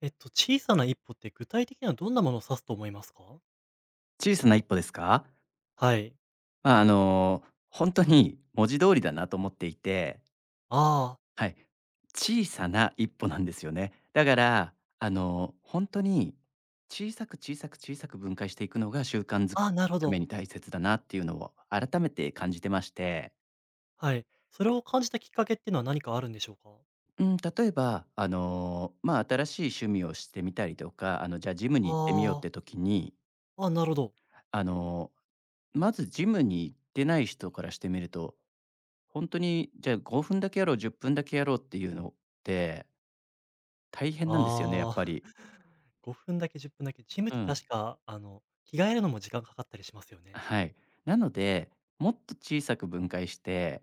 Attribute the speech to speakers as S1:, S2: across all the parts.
S1: 小さな一歩って具体的にはどんなものを指すと思いますか？
S2: 小さな一歩ですか？
S1: はい。
S2: まあ、あの、本当に文字通りだなと思っていて、
S1: ああ、
S2: はい、小さな一歩なんですよね。だから、本当に小さく小さく小さく分解していくのが習慣づく
S1: ああ。なるほ
S2: ため
S1: ど。
S2: に大切だなっていうのを改めて感じてまして、
S1: はい。それを感じたきっかけっていうのは何かあるんでしょうか？
S2: うん、例えば、新しい趣味をしてみたりとか、じゃあジムに
S1: あ
S2: 行ってみようっ
S1: あ、
S2: て時に、
S1: ああ。なるほど。
S2: あの、まずジムに行ってない人からしてみると本当に、じゃあ、5分だけやろう、10分だけやろうっていうのって大変なんですよね、や
S1: あ
S2: っぱ
S1: あ。
S2: り。
S1: 5分だけ10分だけ、ジムっ
S2: う
S1: て
S2: ん。
S1: 確か、着替えるのも時間かかったりしますよね。
S2: はい。なので、もっと小さく分解して、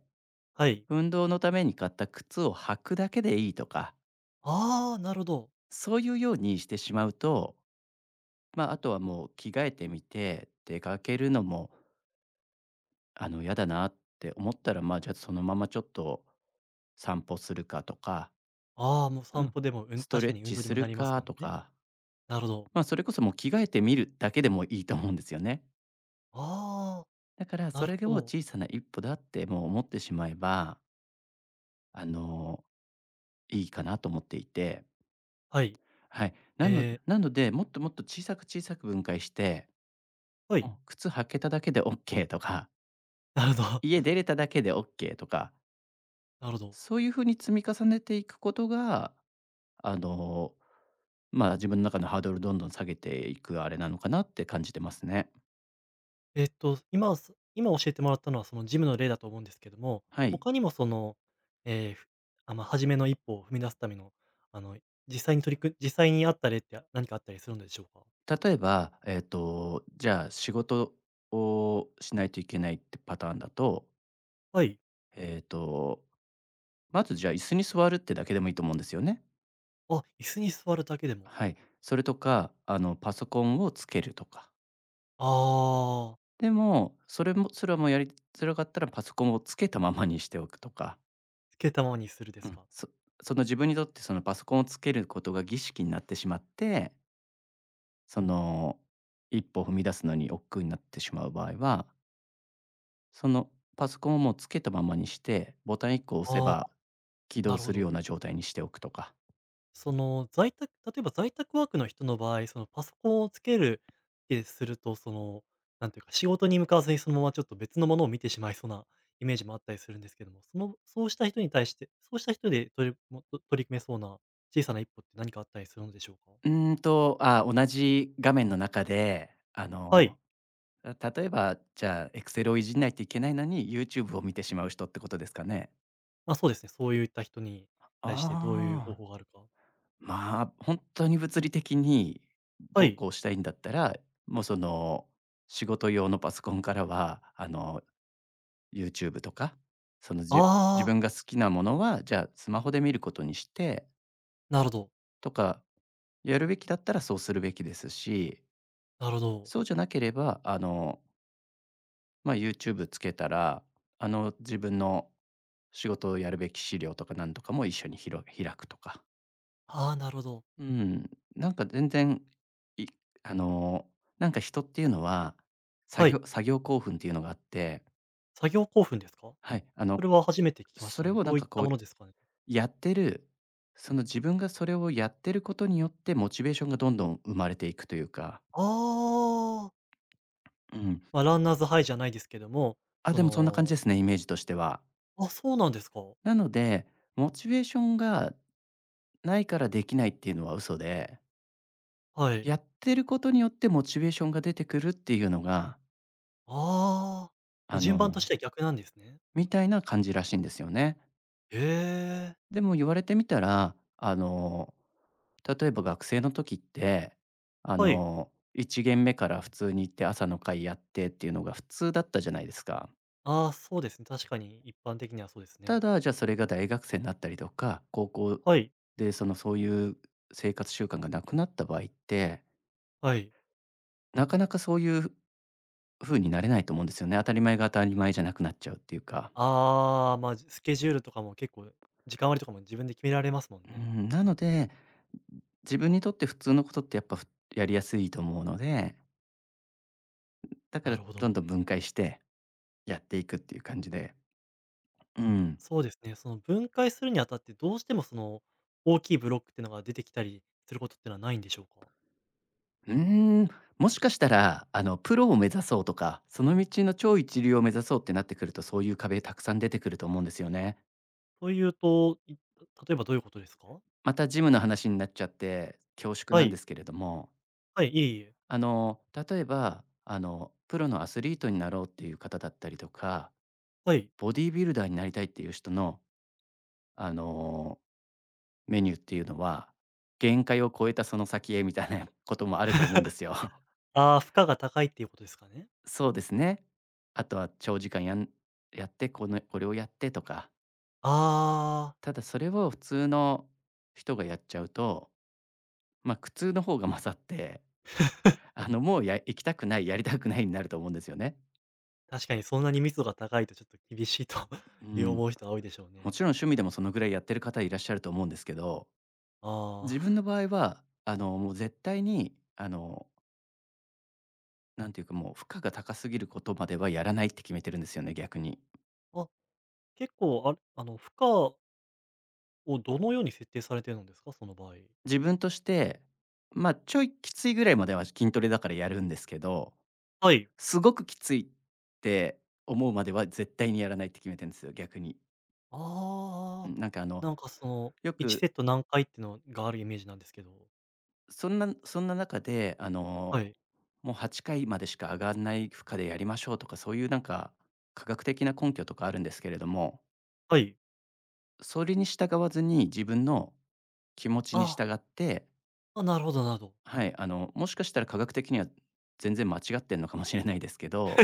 S1: はい。
S2: 運動のために買った靴を履くだけでいいとか、
S1: ああ、なるほど。
S2: そういうようにしてしまうと、まあ、あとはもう着替えてみて、出かけるのも、嫌だなって思ったら、まあ、じゃあ、そのままちょっと散歩するかとか、
S1: ああ、もう
S2: う
S1: 散
S2: ん。
S1: 歩でも、うん、
S2: スト
S1: 確
S2: レ
S1: か
S2: ッ
S1: に運
S2: チ
S1: 動に
S2: す
S1: もな
S2: る
S1: ります
S2: か
S1: もん
S2: と
S1: ね。
S2: か、
S1: なるほど。
S2: まあ、それこそもう着替えてみるだけでもいいと思うんですよね。
S1: あ
S2: だから
S1: あ、
S2: そ
S1: な
S2: れ
S1: るほ
S2: を
S1: ど。
S2: 小さな一歩だってもう思ってしまえば、あの、いいかなと思っていて、
S1: はい。
S2: はい。なの
S1: ええ、
S2: なので、もっともっと小さく小さく分解して、
S1: は
S2: う
S1: い。
S2: ん、靴履けただけでオッケーとか、
S1: なるほど。
S2: 家 出れただけでオッケーとか、
S1: なるほど。
S2: そういう風に積み重ねていくことが、あの、自分の中のハードルどんどん下げていくあれなのかなって感じてますね。
S1: 今、今教えてもらったのはそのジムの例だと思うんですけども、
S2: はい。
S1: 他にもその、ええ、まあ、初めの一歩を踏み出すための、あの、実際にあった例って何かあったりするのでしょうか？
S2: 例えば、じゃあ仕事をしないといけないってパターンだと
S1: はい。
S2: えっと、まずじゃあ、椅子に座るってだけでもいいと思うんですよね。
S1: あ、椅子に座るだけでも。
S2: はい。それとか、パソコンをつけるとか。
S1: ああ、
S2: でも、それはもうやりづらかったらパソコンをつけたままにしておくとか、
S1: つけたままにするで
S2: う
S1: す
S2: ん、
S1: か。
S2: その自分にとってそのパソコンをつけることが儀式になってしまって、その一歩踏み出すのに億劫になってしまう場合は、そのパソコンをもうつけたままにして、ボタン1個押せ
S1: ああ、
S2: ば起
S1: な
S2: 動
S1: る
S2: す
S1: ほ
S2: るよ
S1: ど。
S2: うな状態にしておくとか。
S1: その、例えば在宅ワークの人の場合、そのパソコンをつけるってすると、その、なんていうか、仕事に向かわずにそのままちょっと別のものを見てしまいそうなイメージもあったりするんですけども、そうした人に対して、そうした人で取り組めそうな小さな一歩って何かあったりするのでしょうか？
S2: うーんと、あ、同じ画面の中で、
S1: はい。
S2: 例えば、じゃあ、エクセルをいじんないといけないのに、YouTube を見てしまう人ってことですかね？
S1: まあ、そうですね、そういった人に対してどういう方
S2: ああ、
S1: 法があるか。
S2: まあ、ほんとに物理的に
S1: は
S2: どう
S1: い。
S2: こうしたいんだったら、もう、その、仕事用のパソコンからは、YouTube とか、その、じゅ自
S1: ああ、
S2: 分が好きなものは、じゃあ、スマホで見ることにして
S1: なるほど、
S2: とか、やるべきだったらそうするべきですし、
S1: なるほど。
S2: そうじゃなければ、まあ、YouTube つけたら、自分の仕事をやるべき資料とかなんとかも一緒に開くとか。
S1: ああ、なるほど。
S2: うん、なんか全然、いあの、なんか人っていうのは、作
S1: はい。
S2: 業作業興奮っていうのがあって、
S1: 作業興奮ですか？
S2: はい、
S1: それは初めて聞きまし
S2: そ
S1: た
S2: れ
S1: ね。
S2: を
S1: ど
S2: なん
S1: ういっ
S2: かこ
S1: た
S2: う
S1: ものですかね？
S2: やってる、その自分がそれをやってることによってモチベーションがどんどん生まれていくというか、
S1: ああ、
S2: うん。
S1: まあ、ランナーズハイじゃないですけども、
S2: あ、
S1: そ
S2: でもそんな感じ
S1: の
S2: ですね、イメージとしては。
S1: あ、そうなんですか。
S2: なので、モチベーションがないからできないっていうのは嘘で、
S1: はい。
S2: やってることによってモチベーションが出てくるっていうのが、
S1: ああ、もう
S2: あ
S1: 順番とし
S2: の、
S1: ては逆なんですね。
S2: みたいな感じらしいんですよね。
S1: へえ、
S2: でも言われてみたら、例えば学生の時って、あ
S1: はい。
S2: の、1限目から普通に行って朝の会やってっていうのが普通だったじゃないですか。
S1: ああ、そうですね、確かに一般的にはそうです
S2: た
S1: ね。
S2: だ、じゃあそれが大学生になったりとか、高校
S1: はい、
S2: でそういう生活習慣がなくなった場合って、
S1: はい。
S2: なかなかそういう風になれないと思うんですよね。当たり前が当たり前じゃなくなっちゃうっていうか。
S1: ああ、まあ、スケジュールとかも結構、時間割とかも自分で決められますもん
S2: う
S1: ね。
S2: ん、なので、自分にとって普通のことってやっぱ、やりやすいと思うので、だか
S1: な
S2: ら
S1: るほ
S2: どん
S1: ど。
S2: どん分解してやっていくっていう感じで。うん。
S1: そうですね、その分解するにあたってどうしてもその、大きいブロックっていうのが出てきたりすることってのはないんでしょうか？
S2: うーん、もしかしたら、プロを目指そうとか、その道の超一流を目指そうってなってくると、そういう壁たくさん出てくると思うんですよね。
S1: というと、例えばどういうことですか？
S2: またジムの話になっちゃって恐縮
S1: は
S2: なんで
S1: い。
S2: すけれども、
S1: はい、いえいえ。
S2: 例えば、プロのアスリートになろうっていう方だったりとか
S1: はい。
S2: ボディービルダーになりたいっていう人の、あの、メニューっていうのは、限界を超えたその先へみたいな こともあると思うんです よ。
S1: ああ、負荷が高いっていうことですかね？
S2: そうですね。あとは長時間やって、これをやってとか。
S1: ああ、
S2: ただそれを普通の人がやっちゃうと、苦痛の方が勝って、もう行きたくない、やりたくないになると思うんですよね。
S1: 確かにそんなに密度が高いとちょっと厳しいと
S2: う
S1: いう
S2: ん。
S1: 思う人は多いでしょう
S2: も
S1: ね。
S2: ちろん趣味でもそのぐらいやってる方いらっしゃると思うんですけど、
S1: あ
S2: 自
S1: あ。
S2: 分の場合は、もう絶対に、なんていうか、もう負荷が高すぎることまではやらないって決めてるんですよね、逆に。
S1: あ、結構、あれ、負荷をどのように設定されてるんですか？その場合。
S2: 自分として、ま、ちょいきついぐらいまでは筋トレだからやるんですけど、
S1: はい。
S2: すごくきついって思うまでは絶対にやらないって決めてるんですよ、逆に。う
S1: ああ。
S2: ん、なんかあの、
S1: なんかその、
S2: よ
S1: 1
S2: く
S1: セット何回ってのがあるイメージなんですけど。
S2: そんな中で、
S1: はい。
S2: もう8回までしか上がらない負荷でやりましょうとか、そういうなんか科学的な根拠とかあるんですけれども、
S1: はい。
S2: それに従わずに自分の気持ちに
S1: あ
S2: 従って
S1: あ、なるほど。
S2: はい、もしかしたら科学的には全然間違ってんのかもしれないですけど、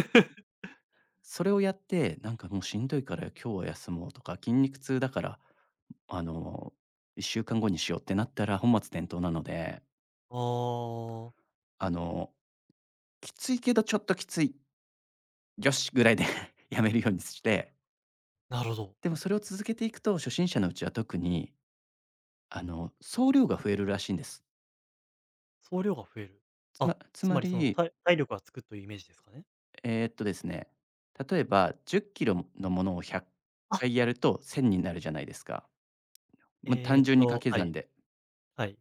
S2: それをやって、なんかもうしんどいから今日は休もうとか、筋肉痛だから、あの、1週間後にしようってなったら本末転倒なので、
S1: ああ、
S2: あの、きついけどちょっときつい、よしぐらいで やめるようにして、
S1: なるほど。
S2: でもそれを続けていくと、初心者のうちは特に、総量が増えるらしいんです。
S1: 総量が増える。
S2: つ
S1: あ、
S2: まつ
S1: つ
S2: ま
S1: まりその、
S2: り、
S1: 体力がつくというイメージですかね？
S2: ですね、例えば10キロのものを100
S1: あ、
S2: 回やると1000になるじゃないですか。まあ、
S1: え
S2: 単
S1: ーっ
S2: 純に掛
S1: と、
S2: け
S1: は
S2: 算
S1: い、
S2: で。
S1: はい。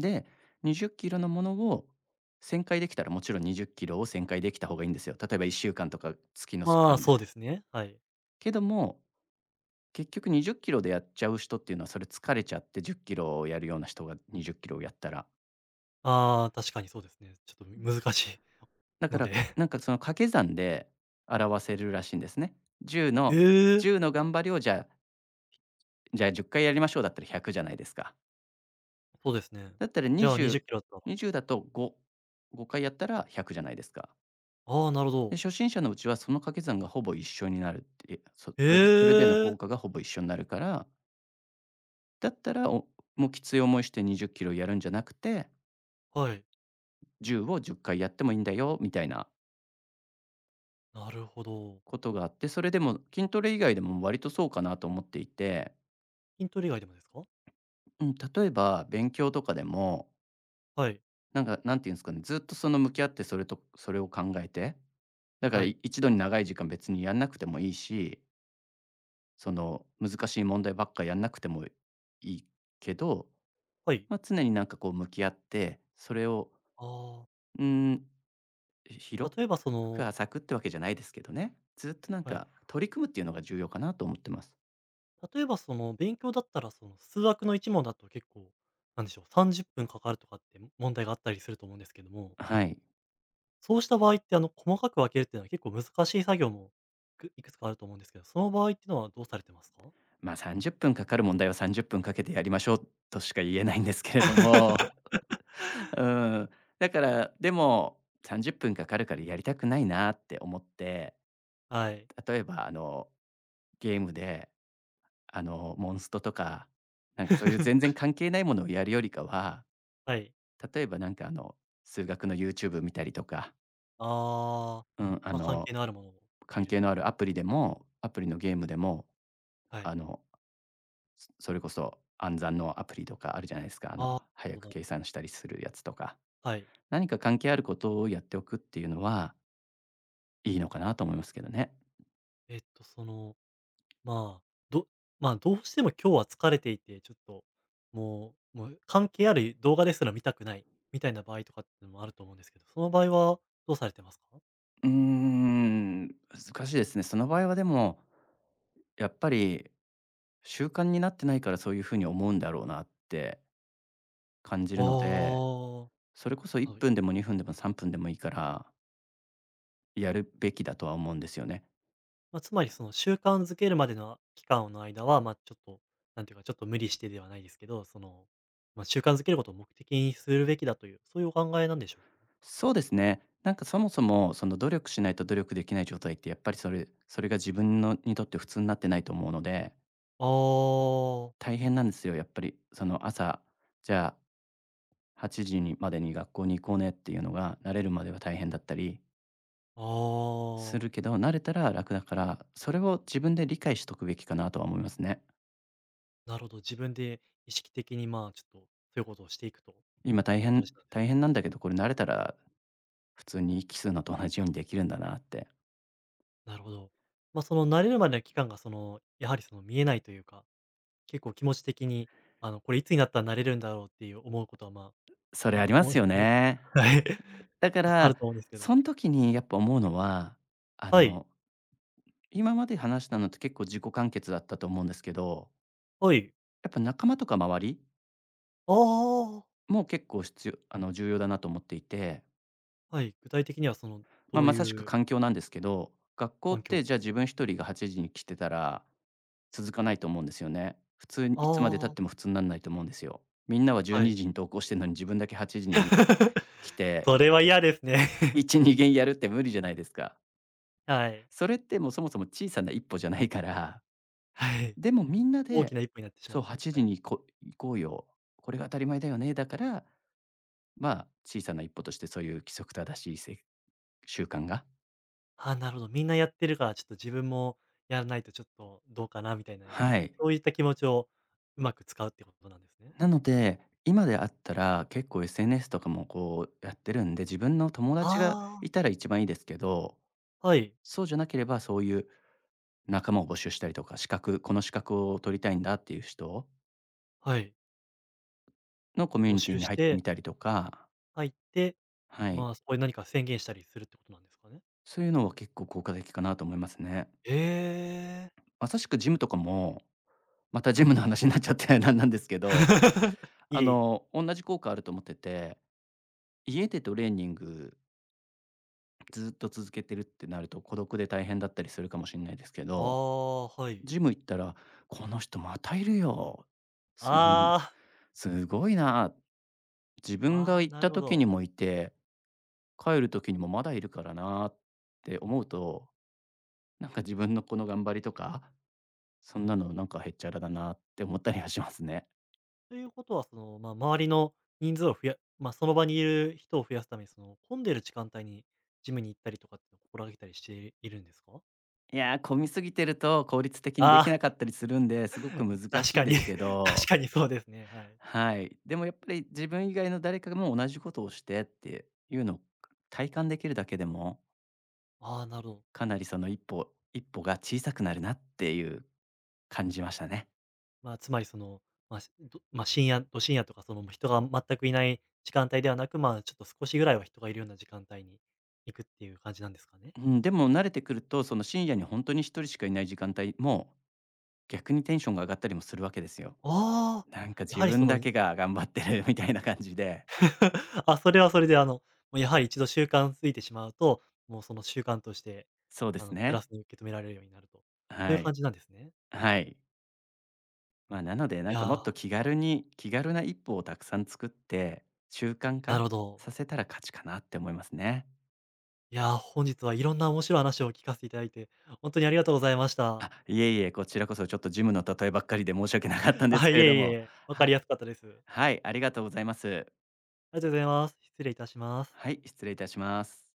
S2: で、20キロのものを1000回できたらもちろん20キロを1000回できた方がいいんですよ。例えば1週間とか月のスパ
S1: まあ、
S2: ン
S1: そう
S2: で。
S1: ですね、はい。
S2: けども、結局20キロでやっちゃう人っていうのはそれ疲れちゃって10キロをやるような人が20キロをやったら。
S1: ああ、確かにそうですね。ちょっと難しい
S2: だか
S1: の
S2: ら
S1: で。
S2: なんかその掛け算で表せるらしいんですね。10の
S1: ええ、
S2: 1の頑張りをじゃあ10回やりましょうだったら100じゃないですか。
S1: そうですね。
S2: だったら
S1: じゃあ20キロだった
S2: 20、
S1: ら
S2: 20だと5、5回やったら100じゃないですか。
S1: ああ、なるほ
S2: で、
S1: ど。
S2: 初心者のうちはその掛け算がほぼ一緒になるっていう、そ
S1: え
S2: それでそれでの効
S1: え、
S2: 果がほぼ一緒になるから、だったら、もうきつい思いして20キロやるんじゃなくて、
S1: はい、
S2: 10を10回やってもいいんだよみたいな
S1: なるほど。
S2: ことがあって、それでも筋トレ以外でも割とそうかなと思っていて。
S1: 筋トレ以外でもですか？
S2: うん、例えば勉強とかでも、
S1: はい、
S2: なんか、なんていうんですかね、ずっとその向き合ってそれとそれを考えて、だから、
S1: はい、
S2: 一度に長い時間別にやんなくてもいいし、その、難しい問題ばっかやんなくてもいいけど、
S1: はい。
S2: まあ、常になんかこう向き合って、それを、
S1: あ
S2: うん、
S1: あ、
S2: 広
S1: 例えばそ
S2: く
S1: の
S2: 浅くってわけじゃないですけどね、ずっとなん
S1: はい。
S2: か取り組むっていうのが重要かなと思ってます。
S1: 例えばその勉強だったらその数学の一問だと結構、なんでしょう、30分かかるとかって問題があったりすると思うんですけども、
S2: はい。
S1: そうした場合ってあの細かく分けるっていうのは結構難しい作業もいくつかあると思うんですけど、その場合っていうのはどうされてますか？
S2: ま、30分かかる問題は30分かけてやりましょうとしか言えないんですけれども、うん、だから、でも、30分かかるからやりたくないなって思って、
S1: はい。
S2: 例えば、あの、ゲームで、あの、モンストとか、なんかそういう全然 関係ないものをやるよりかは、
S1: はい。
S2: 例えばなんかあの、数学の YouTube 見たりとか、
S1: ああ、
S2: うん、あ
S1: ま、関係
S2: の、
S1: のあるものを
S2: 関
S1: 見る
S2: 係
S1: と。
S2: のあるアプリでも、アプリのゲームでも、
S1: は
S2: あ
S1: い。
S2: の、それこそ暗算のアプリとかあるじゃないですか。あの、
S1: ああ、な
S2: 早
S1: るほ
S2: く
S1: ど。
S2: 計算したりするやつとか。
S1: はい。
S2: 何か関係あることをやっておくっていうのはいいのかなと思いますけどね。
S1: そのまあ、どまあ、どうしても今日は疲れていて、ちょっと、もう関係ある動画ですら見たくない、みたいな場合とかってのもあると思うんですけど、その場合はどうされてますか？
S2: うーん、難しいですね。その場合はでもやっぱり、習慣になってないからそういう風に思うんだろうなって感じ
S1: あ
S2: る
S1: あ。
S2: ので、それこそ1
S1: はい。
S2: 分でも2分でも3分でもいいから、やるべきだとは思うんですよね。
S1: まあ、つまりその習慣づけるまでの期間の間は、まあ、ちょっと、なんていうか、ちょっと無理してではないですけど、その、まあ、習慣づけることを目的にするべきだという、そういうお考えなんでしょうか？
S2: そうですね。なんかそもそも、その努力しないと努力できない状態って、やっぱりそれが自分のにとって普通になってないと思うので、
S1: ああ。
S2: 大変なんですよ、やっぱり。その朝、じゃあ8時にまでに学校に行こうねっていうのが慣れるまでは大変だったり
S1: あ
S2: する
S1: あ。
S2: けど、慣れたら楽だから、それを自分で理解しとくべきかなとは思いますね。
S1: なるほど、自分で意識的に、まあ、ちょっとそういうことをしていくと。
S2: 今大
S1: でも大
S2: 変
S1: 事なんです
S2: 大
S1: ね。
S2: 変なんだけど、これ慣れたら普通に息すうのと同じようにできるんだなって。
S1: なるほど。まあ、その慣れるまでの期間がその、やはりその見えないというか、結構気持ち的に、あの、これいつになったら慣れるんだろうっていう思うことは、まあ、
S2: それ
S1: ま
S2: あ
S1: あ、
S2: りま
S1: 思う
S2: す
S1: 人
S2: よ
S1: いる
S2: ね。
S1: はい。
S2: だか
S1: ある
S2: ら、
S1: と思うんですけど。
S2: その時にやっぱ思うのは、あ
S1: はい。
S2: の、今まで話したのって結構自己完結だったと思うんですけど、
S1: はい。
S2: やっぱ仲間とか周り
S1: ああ、
S2: も結構必要、あの、重要だなと思っていて、
S1: はい。具体的にはその、
S2: まあ、
S1: どう
S2: まさしく
S1: いう
S2: 環境なんですけど、学校
S1: 環
S2: って
S1: 境？
S2: じゃあ自分一人が8時に来てたら続かないと思うんですよね。普通にいつまで経っ
S1: あ
S2: ても
S1: あ、
S2: 普通にならないと思うんですよ。みんなは12
S1: は
S2: 時に
S1: い。
S2: じに投稿してるのに自分だけ8時に 来て、
S1: それは嫌ですね。
S2: 1、2限やるって無理じゃないですか。
S1: はい。
S2: それってもうそもそも小さな一歩じゃないから、
S1: はい。
S2: でもみんな
S1: 大
S2: で、
S1: きな一歩になってしま
S2: そ
S1: っ
S2: う
S1: てる。
S2: 8
S1: は
S2: 時
S1: い。
S2: に行こうよ、これが当たり前だよね、だから、まあ、小さな一歩としてそういう規則正しい習慣が、
S1: あ、なるほど。みんなやってるから、ちょっと自分もやらないとちょっとどうかなみたいないう、
S2: はい。
S1: そういった気持ちをうまく使うってことなんですね。
S2: なので、今であったら結構 SNS とかもこうやってるんで、自分の友達が
S1: ああ、
S2: いたら一番いいですけど、
S1: はい、
S2: そうじゃなければ、そういう仲間を募集したりとか、この資格を取りたいんだっていう人
S1: はい。
S2: のコミュ
S1: 募
S2: ニティ
S1: 集
S2: に
S1: し
S2: 入って
S1: て
S2: みたりとか、
S1: 入って、
S2: はい、
S1: まあ、そこで何か宣言したりするってことなんですかね？
S2: そういうのは結構効果的かなと思いますね。
S1: ええ。
S2: まさしくジムとかも、またジムの話になっちゃって なんなんですけ ど、
S1: い
S2: あ
S1: えいえ。
S2: の、同じ効果あると思ってて、家でトレーニングずっと続けてるってなると孤独で大変だったりするかもしれないですけ
S1: あ
S2: ど、
S1: あ、はい。
S2: ジム行ったら、この人またいるよ。す
S1: ああ、
S2: すごいな、自分が行っ
S1: な
S2: た
S1: るほ
S2: 時に
S1: ど。
S2: もいて、帰る時にもまだいるからなって思うと、なんか自分のこの頑張りとか、そんなのなんかへっちゃらだなって思ったりはしますね。
S1: ということは、その、まあ、周りの人数をまあ、その場にいる人を増やすために、その、混んでる時間帯にジムに行ったりとかっていうのを心がけたりしているんですか？
S2: いやー、混みすぎてると効率的にできなか
S1: あ
S2: ったりするんで、すごく
S1: あ、
S2: 難
S1: 確
S2: しい
S1: か
S2: で
S1: に、
S2: すけ
S1: 確
S2: ど、
S1: かにそうですね、はい。
S2: はい。でもやっぱり自分以外の誰かも同じことをしてっていうのを体感できるだけでも、
S1: ああ、なるほど。
S2: かなりその一歩一歩が小さくなるなっていう感じましたね。
S1: まあ、つまりその、まあ、まあ、深夜とか、その、もう人が全くいない時間帯ではなく、ま、あちょっと少しぐらいは人がいるような時間帯に行くっていう感じなんですかね？
S2: うん、でも慣れてくると、その深夜に本当に一人しかいない時間帯も、逆にテンションが上がったりもするわけですよ。
S1: ああ、
S2: なんか
S1: や
S2: 自
S1: はりそ
S2: 分
S1: の
S2: だけが頑張ってる みたいな感じで。
S1: あ、それはそれで、もうやはり一度習慣ついてしまうと、もうその習慣として、
S2: そうです
S1: プラ
S2: ね。
S1: スに受け止められるようになると。そうい
S2: は
S1: う
S2: い。
S1: 感じなんですね。
S2: はい。まあ、なので、な
S1: い
S2: ん
S1: や
S2: かもっと
S1: ー、
S2: 気軽に、気軽な一歩をたくさん作って、習慣
S1: なる
S2: 化
S1: ほど。
S2: させたら勝ちかなって思いますね。
S1: いやー、本日はいろんな面白い話を聞かせていただいて、本当にありがとうございました。
S2: あ、いえいえ、こちらこそちょっとジムの例えばっかりで申し訳なかった んです
S1: あ、
S2: け
S1: い
S2: れど
S1: えい
S2: も。
S1: え、わ
S2: は
S1: か
S2: い。
S1: りやすかったです。
S2: はい、ありがとうございます。
S1: ありがとうございます。失礼いたします。
S2: はい、失礼いたします。